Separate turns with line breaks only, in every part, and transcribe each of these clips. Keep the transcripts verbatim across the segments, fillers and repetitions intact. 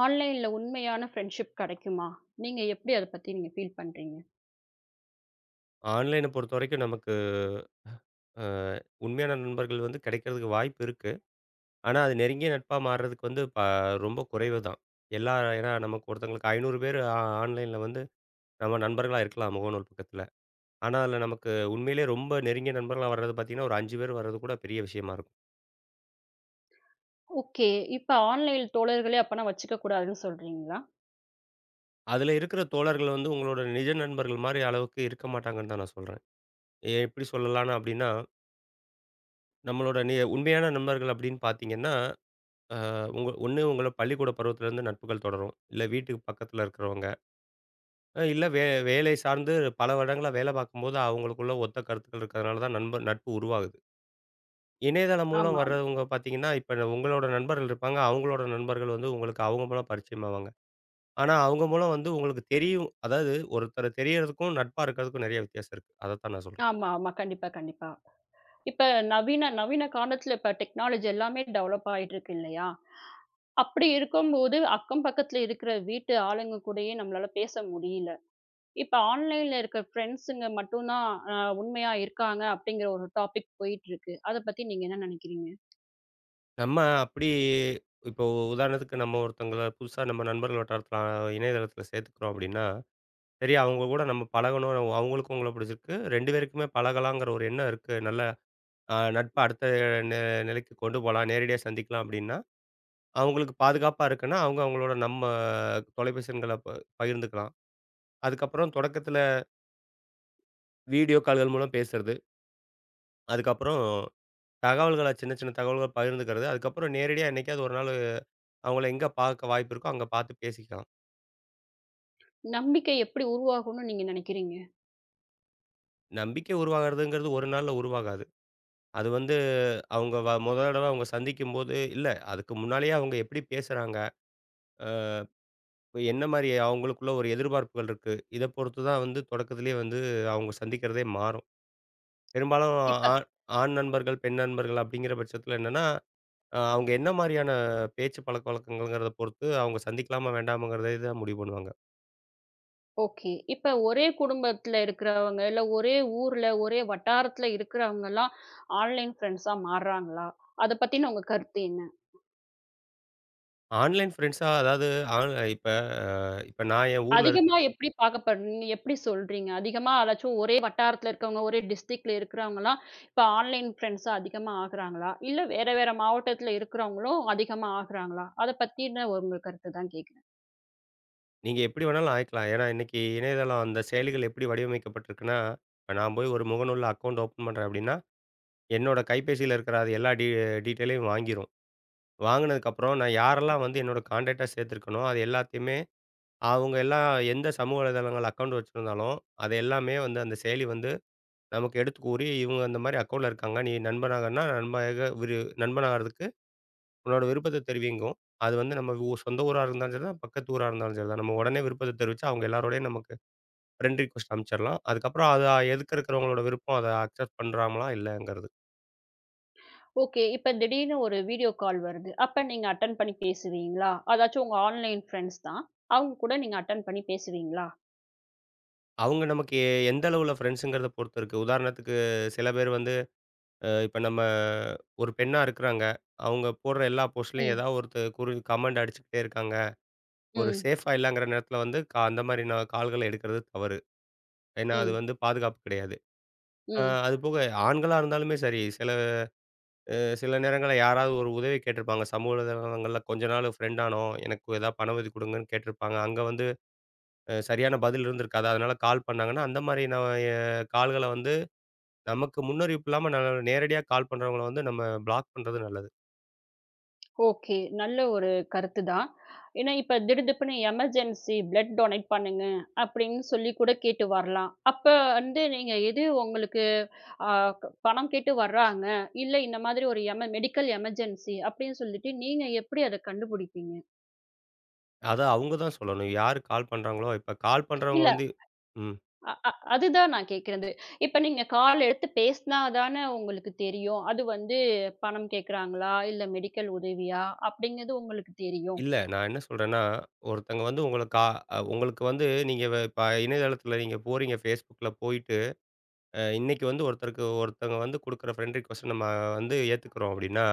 ஆன்லைன்ல உண்மையான ஃப்ரெண்ட்ஷிப் கிடைக்குமா? நீங்க எப்படி அத பத்தி நீங்க ஃபீல் பண்றீங்க?
ஆன்லைன பொறுத்தவரைக்கும் நமக்கு அ உண்மையான நண்பர்கள் வந்து கிடைக்கிறதுக்கு வாய்ப்பு இருக்கு. ஆனா, அது நெருங்கிய நட்பா மாறுறதுக்கு வந்து ப ரொம்ப குறைவு தான். எல்லா ஏன்னா நமக்கு ஒருத்தங்களுக்கு ஐநூறு பேர் ஆ ஆன்லைன்ல வந்து நம்ம நண்பர்களா இருக்கலாம் முகநூல் பக்கத்துல. ஆனா, அதுல நமக்கு உண்மையிலேயே ரொம்ப நெருங்கிய நண்பர்களா வர்றது பார்த்தீங்கன்னா, ஒரு ஐந்து பேர் வர்றது கூட பெரிய விஷயமா இருக்கும்.
ஓகே. இப்ப ஆன்லைன் தோழர்களே அப்பன்னா வச்சுக்க கூடாதுன்னு சொல்றீங்களா?
அதுல இருக்கிற தோழர்கள் வந்து உங்களோட நிஜ நண்பர்கள் மாரி அளவுக்கு இருக்க மாட்டாங்கன்னு தான் நான் சொல்றேன். எ எப்படி சொல்லலாம்னா அப்படின்னா, நம்மளோட நி உண்மையான நண்பர்கள் அப்படின்னு பார்த்தீங்கன்னா அ உங்க ஒண்ணு உங்கள பள்ளிக்கூட பருவத்திலேருந்து நட்புகள் தொடரும். இல்ல வீட்டுக்கு பக்கத்தில இருக்கிறவங்க. அ இல்ல வே வேலை சார்ந்து பல வருடங்களா வேலை பார்க்கும்போது அவங்களுக்குள்ள ஒத்த கருத்துக்கள் இருக்கிறதுனால தான் நண்பர் நட்பு உருவாகுது. இணையதளம் மூலம்
ஆமா, ஆமா.
வர்றவங்க பார்த்தீங்கன்னா, இப்ப உங்களோட நண்பர்கள் இருப்பாங்க. அவங்களோட நண்பர்கள் வந்து உங்களுக்கு அவங்க மூலம் பரிச்சயமாவாங்க. ஆனா அவங்க மூலம் வந்து உங்களுக்கு தெரியும். அதாவது ஒருத்தர தெரியறதுக்கும், நட்பா இருக்கிறதுக்கும் நெறைய வித்தியாசம் இருக்கு. அதத்தான் நான் சொல்றேன்.
ஆமா, ஆமா. கண்டிப்பா, கண்டிப்பா. இப்ப நவீன நவீன காலத்துல இப்ப டெக்னாலஜி எல்லாமே டெவலப் ஆயிட்டு இருக்கு இல்லையா? அப்படி இருக்கும்போது அக்கம் பக்கத்துல இருக்கிற வீட்டு ஆளுங்க கூடயே நம்மளால பேச முடியல. இப்ப ஆன்லைன்ல இருக்க ஃப்ரெண்ட்ஸுங்க மட்டும் தான் அ உண்மையா இருக்காங்க அப்படிங்கிற ஒரு டாபிக் போயிட்டு இருக்கு. அத பத்தி நீங்க என்ன நினைக்கிறீங்க?
நம்ம அப்படி இப்போ உதாரணத்துக்கு நம்ம ஒருத்தவங்கள புதுசா நம்ம நண்பர்கள் வட்டாரத்தில இணையதளத்தில சேர்த்துக்கிறோம் அப்படின்னா சரி, அவங்க கூட நம்ம பழகணும். நம்ம- அவங்களுக்கும் உங்கள பிடிச்சிருக்கு. ரெண்டு பேருக்குமே பழகலாங்கிற ஒரு எண்ணம் இருக்கு. நல்ல அ நட்பு அடுத்த நெ நிலைக்கு கொண்டு போலாம். நேரடியா சந்திக்கலாம் அப்டின்னா, அவங்களுக்கு பாதுகாப்பா இருக்குன்னா, அவங்க அவங்களோட நம்ம தொலைபேசி எண்கள ப பகிர்ந்துக்கலாம். அதுக்கப்புறம் தொடக்கத்தில வீடியோ கால்கள் மூலம் பேசுறது. அதுக்கப்புறம் தகவல்கள சின்ன சின்ன தகவல்கள் பகிர்ந்துக்கிறது. அதுக்கப்புறம் நேரடியா என்னைக்காவது ஒரு நாள் அவங்கள எங்க பார்க்க வாய்ப்பு இருக்கோ, அங்க பார்த்து பேசிக்கலாம்.
நம்பிக்கை எப்படி உருவாகும்னு நீங்க நினைக்கிறீங்க?
நம்பிக்கை உருவாகுறதுங்கிறது ஒரு நாள்ல உருவாகாது. அது வந்து அவங்க வ மொத தடவ அவங்க சந்திக்கும்போது இல்ல, அதுக்கு முன்னாலேயே அவங்க எப்படி பேசுறாங்க? அ என்ன மாரி அவங்களுக்குள்ள ஒரு எதிர்பார்ப்புகள் இருக்கு. இத பொறுத்து தான் வந்து தொடக்கத்திலேயே வந்து அவங்க சந்திக்கிறதே மாறும். பெரும்பாலும் ஆ ஆண் நண்பர்கள், பெண் நண்பர்கள் அப்படிங்கிற பட்சத்தில என்னன்னா, அ அவங்க என்ன மாரியான பேச்சு பழக்கவழக்கங்கள்ங்கிறத பொறுத்து அவங்க சந்திக்கலாமா வேண்டாமாங்கிறதே தான் முடிவு பண்ணுவாங்க.
ஓகே. இப்ப ஒரே குடும்பத்துல இருக்கிறவங்க, இல்ல ஒரே ஊர்ல, ஒரே வட்டாரத்துல இருக்கிறவங்கலாம் ஆன்லைன் ஃப்ரெண்ட்ஸா மாறுறாங்களா? அத பத்தின உங்க கருத்து என்ன?
ஆன்லைன் ஃப்ரெண்ட்ஸா அதாவது ஆன் இப்ப இப்ப நான் என் ஊர்ல இருக்க
அதிகமா எப்படி பார்க்கப்படுறீங்க? எப்படி சொல்றீங்க? அதிகமா யாராச்சும் ஒரே வட்டாரத்துல இருக்கவங்க, ஒரே டிஸ்ட்ரிக்ட்ல இருக்கிறவங்கலாம் இப்ப ஆன்லைன் ஃப்ரெண்ட்ஸா அதிகமா ஆகுறாங்களா? இல்ல வேற வேற மாவட்டத்துல இருக்கிறவங்களும் அதிகமா ஆகுறாங்களா? அத பத்தின உங்க கருத்து தான் கேக்குறேன்.
நீங்க எப்படி வேணாலும் ஆய்க்கலாம். ஏன்னா, இன்னைக்கு இணையதளம் அந்த செயலிகள் எப்படி வடிவமைக்கப்பட்டிருக்குன்னா, இப்ப நான் போய் ஒரு முகநூல்ல அக்கவுண்ட் ஓப்பன் பண்றேன் அப்படின்னா, என்னோட கைபேசியில இருக்கிற அது எல்லா டீ டீட்டெயிலையும் வாங்கிரும். வாங்குனதுக்கப்புறம் நான் யாரெல்லாம் வந்து என்னோட கான்டாக்ட்டா சேர்த்துருக்கனோ, அது எல்லாத்தையுமே அவங்க எல்லாம் எந்த சமூக வலைதளங்கள் அக்கவுண்ட் வச்சிருந்தாலும், அது எல்லாமே வந்து அந்த செயலி வந்து நமக்கு எடுத்து கூறி, இவங்க அந்த மாரி அக்கவுண்ட்ல இருக்காங்க. நீ நண்பனாகன்னா நண்பனாக விரு நண்பனாகறதுக்கு உன்னோட விருப்பத்த தெரிவிங்கும். அது வந்து நம்ம ஊ சொந்த ஊரா இருந்தாலும் சரிதான், பக்கத்து ஊரா இருந்தாலும் சரிதான். நம்ம உடனே விருப்பத்த தெரிவிச்சா அவங்க எல்லாரோடையும் நமக்கு ஃப்ரெண்ட் ரிக்வெஸ்ட் அனுப்பிச்சிடலாம். அதுக்கப்புறம் அத எதுக்க இருக்கிறவங்களோட விருப்பம் அத அக்செப்ட் பண்றாங்களா இல்லயாங்கிறது.
ஓகே. இப்ப திடீர்னு ஒரு வீடியோ கால் வருது. அப்ப நீங்க அட்டெண்ட் பண்ணி பேசுவீங்களா? அதாச்சும் உங்க ஆன்லைன் ஃப்ரெண்ட்ஸ் தான். அவங்க கூட நீங்க அட்டெண்ட் பண்ணி பேசுவீங்களா?
அவங்க நமக்கு எ எந்த அளவுல ஃப்ரெண்ட்ஸுங்கிறத பொறுத்து இருக்கு. உதாரணத்துக்கு சில பேர் வந்து அ இப்ப நம்ம ஒரு பெண்ணா இருக்கிறாங்க. அவங்க போடுற எல்லா போஸ்ட்லயும்
ம்.
ஏதாவது ஒருத்த குறு கமெண்ட் அடிச்சுக்கிட்டே இருக்காங்க. ஒரு
ம்.
சேஃபா இல்லங்கிற நேரத்தில வந்து க அந்த மாரி ந கால்கள எடுக்கிறது தவறு. ஏன்னா அது
ம்.
வந்து பாதுகாப்பு கிடையாது. அ
ம்.
அதுபோக ஆண்களா இருந்தாலுமே சரி, சில சில நேரங்கள்ல யாராவது ஒரு உதவி கேட்டிருப்பாங்க. சமூக வலைதளங்கள்ல கொஞ்ச நாள் ஃப்ரெண்ட் ஆனோம். எனக்கு ஏதாவது பண உதவி கொடுங்கன்னு கேட்டிருப்பாங்க. அங்க வந்து அ சரியான பதில் இருந்திருக்காது. அதனால கால் பண்ணாங்கன்னா, அந்த மாரி நான் எ கால்கள வந்து நமக்கு முன்னறிவிப்பு இல்லாம ந நேரடியா கால் பண்றவங்கள வந்து நம்ம பிளாக் பண்றது நல்லது.
ஓகே. நல்ல ஒரு கருத்து தான். ஏன்னா, இப்ப திடுதிப்புன்னு எமர்ஜென்சி பிளட் டொனேட் பண்ணுங்க அப்படின்னு சொல்லி கூட கேட்டு வரலாம். அப்ப வந்து நீங்க எது உங்களுக்கு அ க பணம் கேட்டு வர்றாங்க, இல்ல இந்த மாதிரி ஒரு எம மெடிக்கல் எமர்ஜென்சி அப்படின்னு சொல்லிட்டு நீங்க எப்படி அத கண்டுபிடிப்பீங்க?
அத அவங்க தான் சொல்லணும். யாரு கால் பண்றாங்களோ, இப்ப கால் பண்றவங்க
இல்ல
வந்து ம்.
அ அ அதுதான் நான் கேட்கிறது. இப்ப நீங்க கால் எடுத்து பேசினா தான உங்களுக்கு தெரியும். அது வந்து பணம் கேட்கறாங்களா? இல்ல மெடிக்கல் உதவியா? அப்படிங்கிறது உங்களுக்கு தெரியும்.
இல்ல நான் என்ன சொல்றேன்னா, ஒருத்தங்க வந்து உங்கள கா அ உங்களுக்கு வந்து நீங்க வ இப்ப இணையதளத்தில நீங்க போறீங்க Facebookல போயிட்டு, அ இன்னைக்கு வந்து ஒருத்தருக்கு ஒருத்தங்க வந்து குடுக்குற ஃப்ரெண்ட் ரிக்வெஸ்ட்ட நம்ம வந்து ஏத்துக்கிறோம் அப்படின்னா,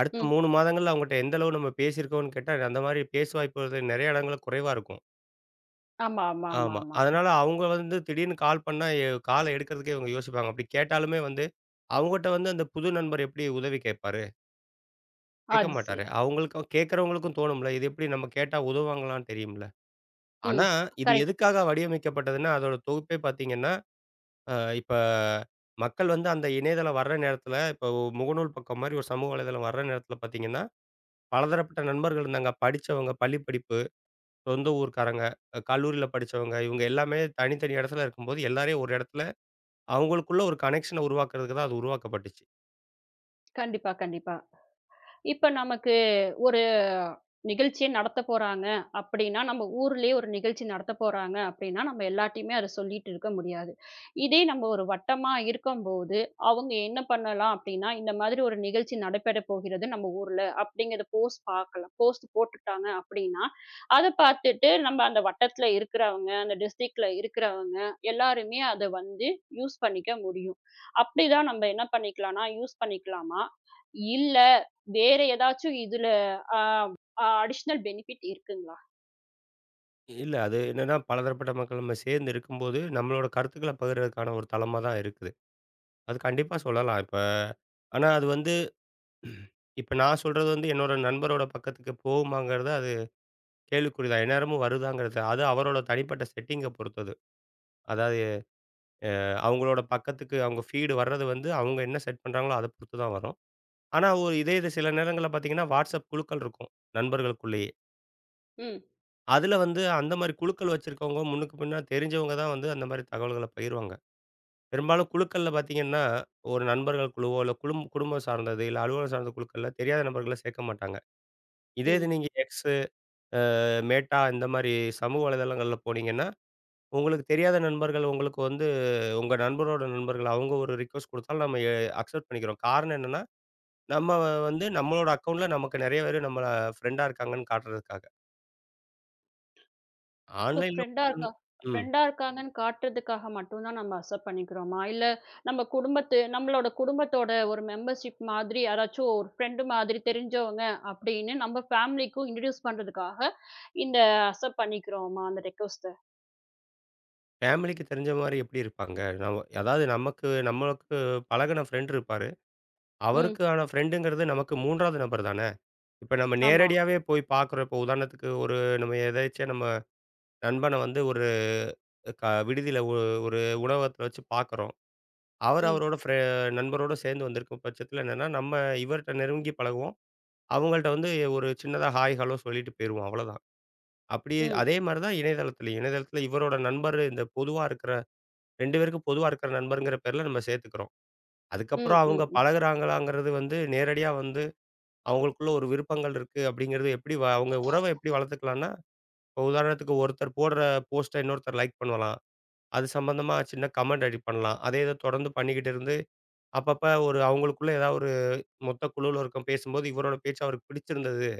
அடுத்த
ம்.
மூணு மாதங்கள்ல அவங்கட்ட எந்த அளவு நம்ம பேசியிருக்கோம்னு கேட்டா, அந்த மாரி பேச்சு வாய்ப்புகள் நெறைய இடங்கள்ல குறைவா இருக்கும்.
ஆமா, ஆமா, ஆமா,
ஆமா.
ஆமா.
அதனால அவங்க வந்து திடீர்னு கால் பண்ணா, எ கால எடுக்கிறதுக்கே இவங்க யோசிப்பாங்க. அப்படி கேட்டாலுமே வந்து, அவங்கட்ட வந்து அந்த புது நண்பர் எப்படி உதவி கேட்பாரு? கேட்க
அது சரி.
மாட்டாரு. அவங்களுக்கும் கேட்கிறவங்களுக்கும் தோணும்ல. இது எப்படி நம்ம கேட்டா உதவுவாங்களான்னு தெரியும்ல. ஆனா,
ம்.
இது
கரெக்ட்.
எதுக்காக வடிவமைக்கப்பட்டதுன்னா, அதோட தொகுப்பே பார்த்தீங்கன்னா, அ இப்ப மக்கள் வந்து அந்த இணையதளம் வர்ற நேரத்தில, இப்போ முகநூல் பக்கம் மாரி ஒரு சமூக வலைதளம் வர்ற நேரத்தில பார்த்தீங்கன்னா, பலதரப்பட்ட நண்பர்கள் இருந்தாங்க. படிச்சவங்க, பள்ளி படிப்பு, சொந்த ஊர்க்காரங்க, அ கல்லூரியில படிச்சவங்க, இவங்க எல்லாமே தனித்தனி இடத்துல இருக்கும்போது, எல்லாரையும் ஒரு இடத்துல அவங்களுக்குள்ள ஒரு கனெக்ஷன உருவாக்குறதுக்கு தான் அது உருவாக்கப்பட்டுச்சு.
கண்டிப்பா, கண்டிப்பா. இப்ப நமக்கு ஒரு நிகழ்ச்சியே நடத்தப் போறாங்க அப்படின்னா, நம்ம ஊர்லயே ஒரு நிகழ்ச்சி நடத்தப் போறாங்க அப்படின்னா, நம்ம எல்லார்ட்டயுமே அத சொல்லிட்டு இருக்க முடியாது. இதே நம்ம ஒரு வட்டமா இருக்கும்போது, அவங்க என்ன பண்ணலாம் அப்படின்னா, இந்த மாதிரி ஒரு நிகழ்ச்சி நடைபெறப் போகிறது நம்ம ஊர்ல அப்படிங்கிறத போஸ்ட் பார்க்கலாம். போஸ்ட் போட்டுட்டாங்க அப்படின்னா, அத பார்த்துட்டு நம்ம அந்த வட்டத்துல இருக்கிறவங்க, அந்த டிஸ்ட்ரிக்ட்ல இருக்கிறவங்க எல்லாருமே அத வந்து யூஸ் பண்ணிக்க முடியும். அப்படிதான் நம்ம என்ன பண்ணிக்கலாம்னா, யூஸ் பண்ணிக்கலாமா? இல்ல வேற ஏதாச்சும் இதுல அ அ அடிஷ்னல் பெனிஃபிட் இருக்குங்களா?
இல்ல அது என்னன்னா, பலதரப்பட்ட மக்கள் நம்ம சேர்ந்து இருக்கும்போது, நம்மளோட கருத்துக்கள பகிர்றதுக்கான ஒரு தளமா தான் இருக்குது. அது கண்டிப்பா சொல்லலாம் இப்ப. ஆனா அது வந்து இப்ப நான் சொல்றது வந்து என்னோட நண்பரோட பக்கத்துக்கு போகுமாங்கிறது அது கேள்விக்குறி தான். எந்நேரமும் வருதாங்கிறது. அது அவரோட தனிப்பட்ட செட்டிங்க பொறுத்தது. அதாவது அவங்களோட பக்கத்துக்கு அவங்க ஃபீடு வர்றது வந்து அவங்க என்ன செட் பண்றாங்களோ, அத பொறுத்து தான் வரும். ஆனா ஒரு இதே இது சில நேரங்கள்ல பார்த்தீங்கன்னா, WhatsApp குழுக்கள் இருக்கும் நண்பர்களுக்குள்ளேயே.
ம்,
அதுல வந்து அந்த மாரி குழுக்கள் வச்சிருக்கவங்க முன்னுக்கு பின்ன தெரிஞ்சவங்க தான் வந்து அந்த மாரி தகவல்கள பகிர்வாங்க. பெரும்பாலும் குழுக்கள்ல பார்த்தீங்கன்னா, ஒரு நண்பர்கள் குழுவோ, இல்ல குழும் குடும்பம் சார்ந்தது, இல்ல அலுவலகம் சார்ந்த குழுக்கள்ல தெரியாத நபர்கள சேர்க்க மாட்டாங்க. இதே இது
ம்.
நீங்க X, அ Meta இந்த மாரி சமூக வலைதளங்கள்ல போனீங்கன்னா, உங்களுக்கு தெரியாத நண்பர்கள் உங்களுக்கு வந்து உங்க நண்பரோட நண்பர்கள் அவங்க ஒரு ரிக்வெஸ்ட் குடுத்தாலும் நம்ம எ அக்செப்ட் பண்ணிக்கிறோம். காரணம் என்னன்னா, நம்ம வந்து நம்மளோட அக்கவுண்ட்ல நமக்கு நெறைய பேரு நம்மள ஃப்ரெண்டா இருக்காங்கன்னு காட்டுறதுக்காக.
சோ
ஆன்லைன்ல
ஃப்ரெண்டா இருக்கா
ம்.
ஃப்ரெண்டா இருக்காங்கன்னு காட்டுறதுக்காக மட்டும் தான் நம்ம அக்செப்ட் பண்ணிக்கிறோமா? இல்ல நம்ம குடும்பத்து நம்மளோட குடும்பத்தோட ஒரு மெம்பர்ஷிப் மாதிரி யாராச்சும் ஒரு ஃப்ரெண்டு மாதிரி தெரிஞ்சவங்க அப்படின்னு நம்ம ஃபேமிலிக்கும் இன்ட்ரோடியூஸ் பண்றதுக்காக இந்த அக்செப்ட் பண்ணிக்கிறோமா அந்த ரெக்வெஸ்ட்ட?
ஃபேமிலிக்கு தெரிஞ்ச மாரி எப்படி இருப்பாங்க? நம்ம அதாவது நமக்கு நம்மளுக்கு பழகுன ஃப்ரெண்ட் இருப்பாரு.
ம்.
அவருக்கான ஃப்ரெண்டுங்கிறது நமக்கு மூன்றாவது நபர் தானே! இப்ப நம்ம
ஆமா.
நேரடியாவே போய் பார்க்குறோம். இப்ப உதாரணத்துக்கு ஒரு நம்ம எதேர்ச்சியா நம்ம நண்பன வந்து ஒரு க விடுதியில ஒ ஒரு உணவகத்துல வச்சு பார்க்குறோம். அவர்
ம்,
அவரோட ஃப்ரெ நண்பரோட சேர்ந்து வந்திருக்கும் பட்சத்துல என்னன்னா, நம்ம இவர்ட்ட நெருங்கி பழகுவோம். அவங்கள்ட்ட வந்து ஒரு சின்னதா ஹாய், ஹலோ சொல்லிட்டு போயிருவோம். அவ்வளோதான். அப்படி
ம்,
அதே மாரி தான் இணையதளத்திலயும். இணையதளத்தில இவரோட நண்பர் இந்த பொதுவா இருக்கிற ரெண்டு பேருக்கும் பொதுவா இருக்கிற நண்பர்ங்கிற பேர்ல நம்ம சேர்த்துக்கிறோம்.
ம்,
அதுக்கப்புறம்
ம்,
அவங்க
ம்.
பழகுறாங்களாங்கிறது வந்து நேரடியா வந்து அவங்களுக்குள்ள ஒரு விருப்பங்கள் இருக்கு அப்படிங்கிறது எப்படி வ- அவங்க உறவை எப்படி வளர்த்துக்கலாம்னா இப்போ உதாரணத்துக்கு ஒருத்தர் போடுற போஸ்ட்டை இன்னொருத்தர் லைக் பண்ணலாம் அது சம்பந்தமா சின்ன கமெண்ட் அடி பண்ணலாம் அதே இதை தொடர்ந்து பண்ணிக்கிட்டு இருந்து அப்பப்ப ஒரு அவங்களுக்குள்ள ஏதாவது ஒரு மொத்த குழுவில் இருக்கும் பேசும்போது இவரோட பேச்சு அவருக்கு பிடிச்சிருந்தது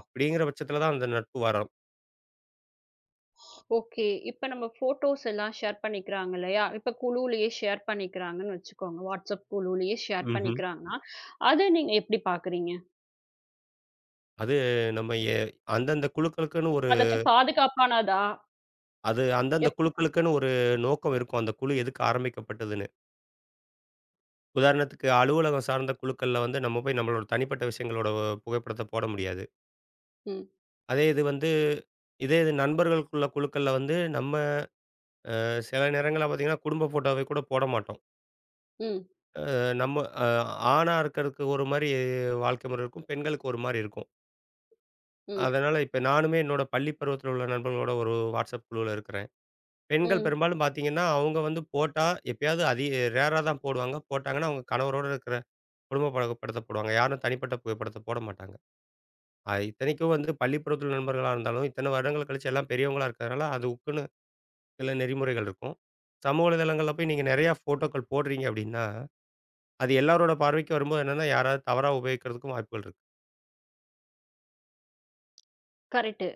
அப்படிங்கிற பட்சத்துல தான் அந்த நட்பு வரும்.
ஓகே. இப்ப நம்ம ஃபோட்டோஸ் எல்லாம் ஷேர் பண்ணிக்கிறாங்க இல்லையா? இப்ப குழுவுலயே ஷேர் பண்ணிக்கிறாங்கன்னு வச்சுக்கோங்க. WhatsApp குழுவுலயே ஷேர்
ம்ஹும்.
பண்ணிக்கிறாங்கன்னா, அத நீங்க எப்படி பாக்குறீங்க?
அது நம்ம எ- அந்தந்த குழுக்களுக்குன்னு ஒரு
அதாச்சும் பாதுகாப்பானதா?
அது அந்தந்த
எப்படி?
குழுக்களுக்குன்னு ஒரு நோக்கம் இருக்கும் அந்த குழு எதுக்கு ஆரம்பிக்கப்பட்டதுன்னு உதாரணத்துக்கு அலுவலகம் சார்ந்த குழுக்கள்ல வந்து நம்ம போய் நம்மளோட தனிப்பட்ட விஷயங்களோட புகைப்படத்த போட முடியாது.
ம்.
அதே இது வந்து இதே இது நண்பர்களுக்குள்ள குழுக்கள்ல வந்து நம்ம சில நேரங்கள்ல பார்த்தீங்கன்னா, குடும்ப ஃபோட்டோவை கூட போட மாட்டோம்.
ம்.
அ நம்ம அ ஆணா இருக்கிறதுக்கு ஒரு மாரி வாழ்க்கை முறை இருக்கும். பெண்களுக்கு ஒரு மாரி இருக்கும்.
ம்.
அதனால இப்ப நானுமே என்னோட பள்ளி பருவத்தில உள்ள நண்பர்களோட ஒரு WhatsApp குழுவுல இருக்கிறேன். பெண்கள்
ம்.
பெரும்பாலும் பார்த்தீங்கன்னா, அவங்க வந்து போட்டா எப்பயாவது அதி ரேரா தான் போடுவாங்க. போட்டாங்கன்னா, அவங்க கணவரோட இருக்கிற குடும்ப புகைப்படத்த போடுவாங்க. யாரும் தனிப்பட்ட புகைப்படத்த போட மாட்டாங்க. அ இத்தனைக்கும் வந்து பள்ளிப்பருவத்தில் நண்பர்களா இருந்தாலும், இத்தனை வருடங்கள் கழிச்சு எல்லாம் பெரியவங்களா இருக்கிறதுனால, அதுக்குன்னு சில நெறிமுறைகள் இருக்கும். சமூக வலைதளங்கள்ல போய் நீங்க நிறையா ஃபோட்டோக்கள் போடுறீங்க அப்படின்னா, அது எல்லாரோட பார்வைக்கு வரும்போது என்னன்னா, யாராவது தவறா உபயோகிக்கிறதுக்கும் வாய்ப்புகள் இருக்கு.
கரெக்ட்டு.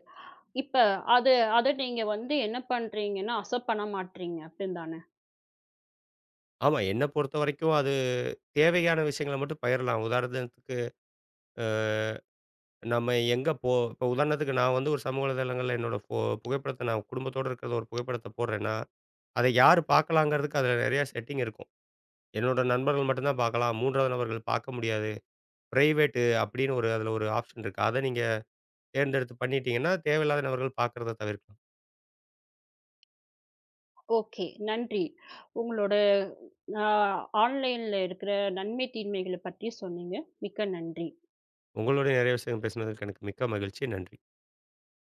இப்ப அது அத நீங்க வந்து என்ன பண்றீங்கன்னா, அக்செப்ட் பண்ண மாட்றீங்க. அப்டின்னு தானே?
ஆமா, என்ன பொறுத்தவரைக்கும் அது தேவையான விஷயங்கள மட்டும் பகிரலாம். உதாரணத்துக்கு, அ நம்ம எங்க போ இப்போ உதாரணத்துக்கு நான் வந்து ஒரு சமூக வலைதளங்கள்ல என்னோட ஃபோ புகைப்படத்த நான் குடும்பத்தோட இருக்கிறத ஒரு புகைப்படத்த போடுறேன்னா, அதை யார் பார்க்கலாங்கிறதுக்கு அதில நிறையா செட்டிங் இருக்கும். என்னோட நண்பர்கள் மட்டும் தான் பார்க்கலாம். மூன்றாவது நபர்கள் பார்க்க முடியாது. பிரைவேட்டு அப்படின்னு ஒரு அதில ஒரு ஆப்ஷன் இருக்கு. அத நீங்க தேர்ந்தெடுத்து பண்ணிட்டீங்கன்னா, தேவையில்லாத நபர்கள் பார்க்கிறத தவிர்க்கலாம்.
ஓகே. நன்றி. உங்களோட அ ஆன்லைன்ல இருக்கிற நன்மை, தீமைகள பத்தி சொன்னீங்க. மிக்க நன்றி.
உங்களோட நிறைய விஷயங்கள் பேசினதுக்கு எனக்கு மிக்க மகிழ்ச்சி. நன்றி.